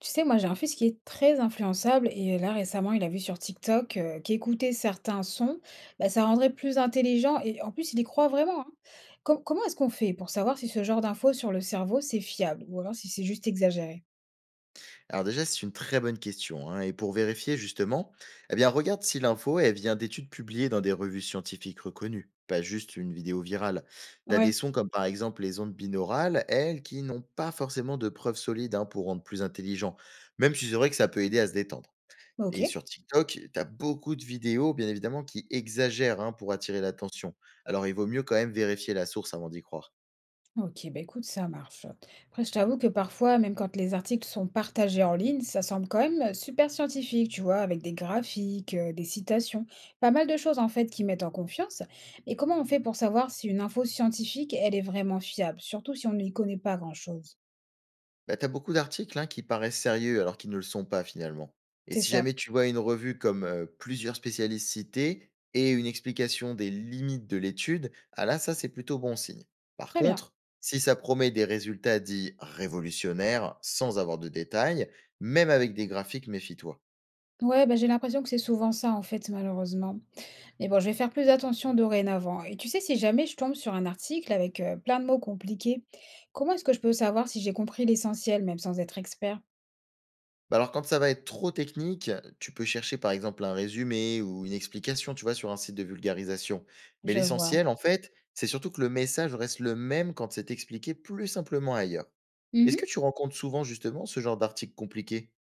Tu sais, moi j'ai un fils qui est très influençable et là récemment il a vu sur TikTok qu'écouter certains sons, ça rendrait plus intelligent et en plus il y croit vraiment, hein. Comment est-ce qu'on fait pour savoir si ce genre d'infos sur le cerveau c'est fiable ou alors si c'est juste exagéré? Alors déjà, c'est une très bonne question, hein. Et pour vérifier justement, eh bien, regarde si l'info elle vient d'études publiées dans des revues scientifiques reconnues, pas juste une vidéo virale. T'as des Ouais, sons comme par exemple les ondes binaurales, elles, qui n'ont pas forcément de preuves solides hein, pour rendre plus intelligent, même si c'est vrai que ça peut aider à se détendre. bah, ok. Et sur TikTok, t'as beaucoup de vidéos, bien évidemment, qui exagèrent hein, pour attirer l'attention. Alors il vaut mieux quand même vérifier la source avant d'y croire. OK, bah, écoute, ça marche. Après, je t'avoue que parfois, même quand les articles sont partagés en ligne, ça semble quand même super scientifique, tu vois, avec des graphiques, des citations, pas mal de choses en fait qui mettent en confiance. Mais comment on fait pour savoir si une info scientifique, elle est vraiment fiable, surtout si on n'y connaît pas grand-chose? Bah, t'as beaucoup d'articles, hein, qui paraissent sérieux alors qu'ils ne le sont pas finalement. Et C'est si ça. jamais tu vois une revue comme plusieurs spécialistes cités et une explication des limites de l'étude, ah là, ça c'est plutôt bon signe. Par Très bien. contre, si ça promet des résultats dits révolutionnaires sans avoir de détails, même avec des graphiques, méfie-toi. Ouais, bah, j'ai l'impression que c'est souvent ça en fait, malheureusement. Mais bon, je vais faire plus attention dorénavant. Et tu sais, si jamais je tombe sur un article avec plein de mots compliqués, comment est-ce que je peux savoir si j'ai compris l'essentiel, même sans être expert? Bah, alors, quand ça va être trop technique, tu peux chercher par exemple un résumé ou une explication, tu vois, sur un site de vulgarisation. Mais Je vois. l'essentiel, en fait, c'est surtout que le message reste le même quand c'est expliqué plus simplement ailleurs. Est-ce que Mhm. tu rencontres souvent justement ce genre d'articles compliqués?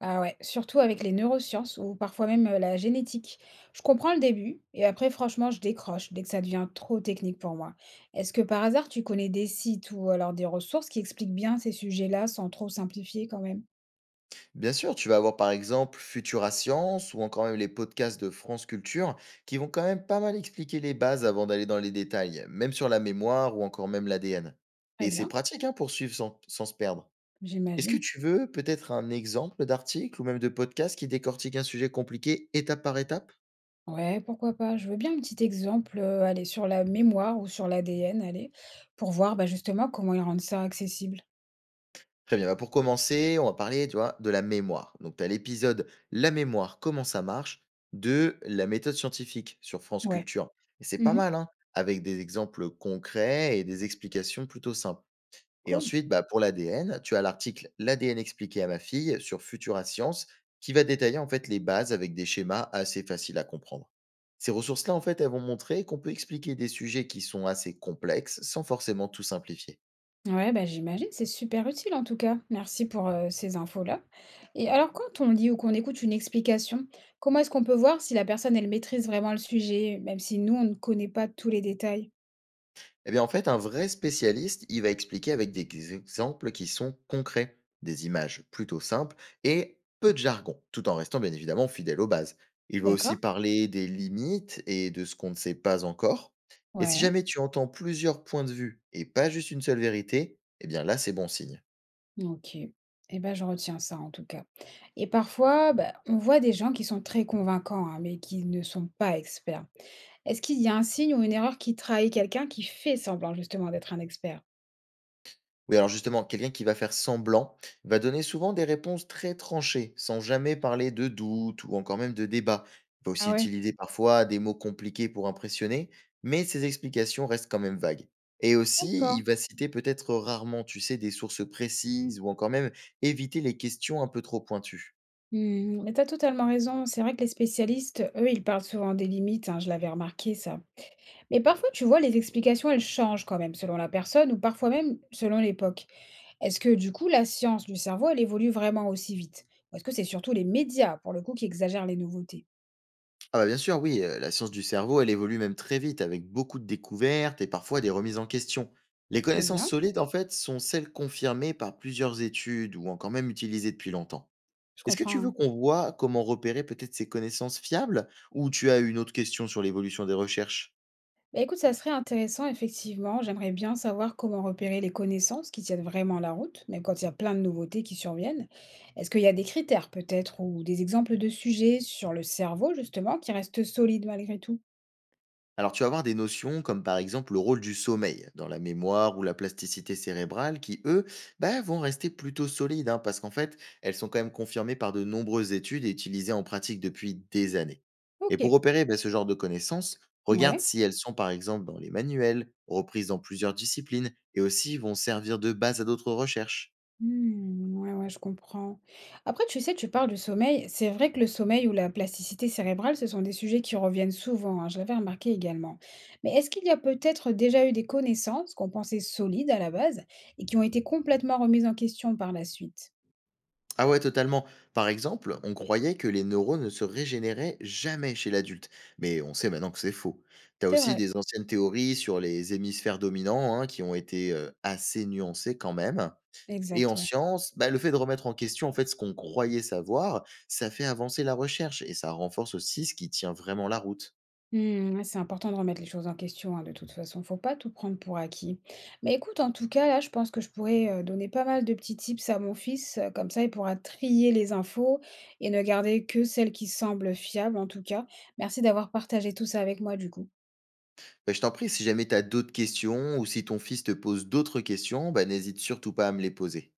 Ah ouais, surtout avec les neurosciences ou parfois même la génétique. Je comprends le début et après, franchement, je décroche dès que ça devient trop technique pour moi. Est-ce que par hasard, tu connais des sites ou alors des ressources qui expliquent bien ces sujets-là sans trop simplifier quand même? Bien sûr, tu vas avoir par exemple Futura Science ou encore même les podcasts de France Culture qui vont quand même pas mal expliquer les bases avant d'aller dans les détails, même sur la mémoire ou encore même l'ADN. Très Et c'est bien, pratique hein, pour suivre sans se perdre. Est-ce que j'imagine. tu veux peut-être un exemple d'article ou même de podcast qui décortique un sujet compliqué étape par étape? Ouais, pourquoi pas? Je veux bien un petit exemple, allez, sur la mémoire ou sur l'ADN, allez, pour voir bah, justement comment ils rendent ça accessible. Très bien, bah pour commencer, on va parler, tu vois, de la mémoire. Donc, tu as l'épisode La mémoire, comment ça marche de la méthode scientifique sur France Ouais. Culture. Et c'est pas Mhm. mal, hein, avec des exemples concrets et des explications plutôt simples. Et Cool. ensuite, bah, pour l'ADN, tu as l'article «L'ADN expliqué à ma fille» sur Futura Science qui va détailler en fait les bases avec des schémas assez faciles à comprendre. Ces ressources-là, en fait, elles vont montrer qu'on peut expliquer des sujets qui sont assez complexes sans forcément tout simplifier. Ouais, bah, j'imagine, c'est super utile en tout cas. Merci pour ces infos-là. Et alors, quand on lit ou qu'on écoute une explication, comment est-ce qu'on peut voir si la personne, elle maîtrise vraiment le sujet, même si nous, on ne connaît pas tous les détails? Eh bien, en fait, un vrai spécialiste, il va expliquer avec des exemples qui sont concrets, des images plutôt simples et peu de jargon, tout en restant bien évidemment fidèle aux bases. Il va aussi D'accord? parler des limites et de ce qu'on ne sait pas encore. Et si Ouais. jamais tu entends plusieurs points de vue et pas juste une seule vérité, eh bien là, c'est bon signe. OK et ben je retiens ça en tout cas et parfois, bah, on voit des gens qui sont très convaincants, hein, mais qui ne sont pas experts. Est-ce qu'il y a un signe ou une erreur qui trahit quelqu'un qui fait semblant justement d'être un expert? Oui, alors justement, quelqu'un qui va faire semblant va donner souvent des réponses très tranchées, sans jamais parler de doute ou encore même de débat. Il va aussi Ah ouais. utiliser parfois des mots compliqués pour impressionner, mais ses explications restent quand même vagues. Et aussi, D'accord. il va citer peut-être rarement, tu sais, des sources précises ou encore même éviter les questions un peu trop pointues. Hmm, mais tu as totalement raison. C'est vrai que les spécialistes, eux, ils parlent souvent des limites, hein, je l'avais remarqué ça. Mais parfois, tu vois, les explications, elles changent quand même selon la personne ou parfois même selon l'époque. Est-ce que du coup, la science du cerveau, elle évolue vraiment aussi vite? Ou est-ce que c'est surtout les médias, pour le coup, qui exagèrent les nouveautés? Ah bah, bien sûr, oui, la science du cerveau, elle évolue même très vite avec beaucoup de découvertes et parfois des remises en question. Les Très connaissances bien, solides, en fait, sont celles confirmées par plusieurs études ou encore même utilisées depuis longtemps. je Est-ce que comprends, tu veux hein. qu'on voit comment repérer peut-être ces connaissances fiables ou tu as une autre question sur l'évolution des recherches? Bah écoute, ça serait intéressant, effectivement. J'aimerais bien savoir comment repérer les connaissances qui tiennent vraiment la route, même quand il y a plein de nouveautés qui surviennent. Est-ce qu'il y a des critères peut-être ou des exemples de sujets sur le cerveau, justement, qui restent solides malgré tout? Alors tu vas avoir des notions comme par exemple le rôle du sommeil dans la mémoire ou la plasticité cérébrale qui, eux, bah, vont rester plutôt solides hein, parce qu'en fait, elles sont quand même confirmées par de nombreuses études et utilisées en pratique depuis des années. Et Ok, pour opérer bah, ce genre de connaissances, regarde ouais. si elles sont par exemple dans les manuels, reprises dans plusieurs disciplines et aussi vont servir de base à d'autres recherches. Mmh, ouais, ouais, je comprends. Après, tu sais, tu parles du sommeil. C'est vrai que le sommeil ou la plasticité cérébrale, ce sont des sujets qui reviennent souvent, hein, je l'avais remarqué également. Mais est-ce qu'il y a peut-être déjà eu des connaissances qu'on pensait solides à la base et qui ont été complètement remises en question par la suite? Ah ouais, totalement. Par exemple, on croyait que les neurones ne se régénéraient jamais chez l'adulte, mais on sait maintenant que c'est faux. T'as C'est aussi vrai, des anciennes théories sur les hémisphères dominants hein, qui ont été assez nuancées quand même. Et exact, en ouais. science, bah, le fait de remettre en question en fait ce qu'on croyait savoir, ça fait avancer la recherche et ça renforce aussi ce qui tient vraiment la route. Mmh, ouais, c'est important de remettre les choses en question, hein, de toute façon. Faut pas tout prendre pour acquis. Mais écoute, en tout cas, là, je pense que je pourrais donner pas mal de petits tips à mon fils. Comme ça, il pourra trier les infos et ne garder que celles qui semblent fiables, en tout cas. Merci d'avoir partagé tout ça avec moi, du coup. Bah, je t'en prie, si jamais t'as d'autres questions ou si ton fils te pose d'autres questions, bah, n'hésite surtout pas à me les poser.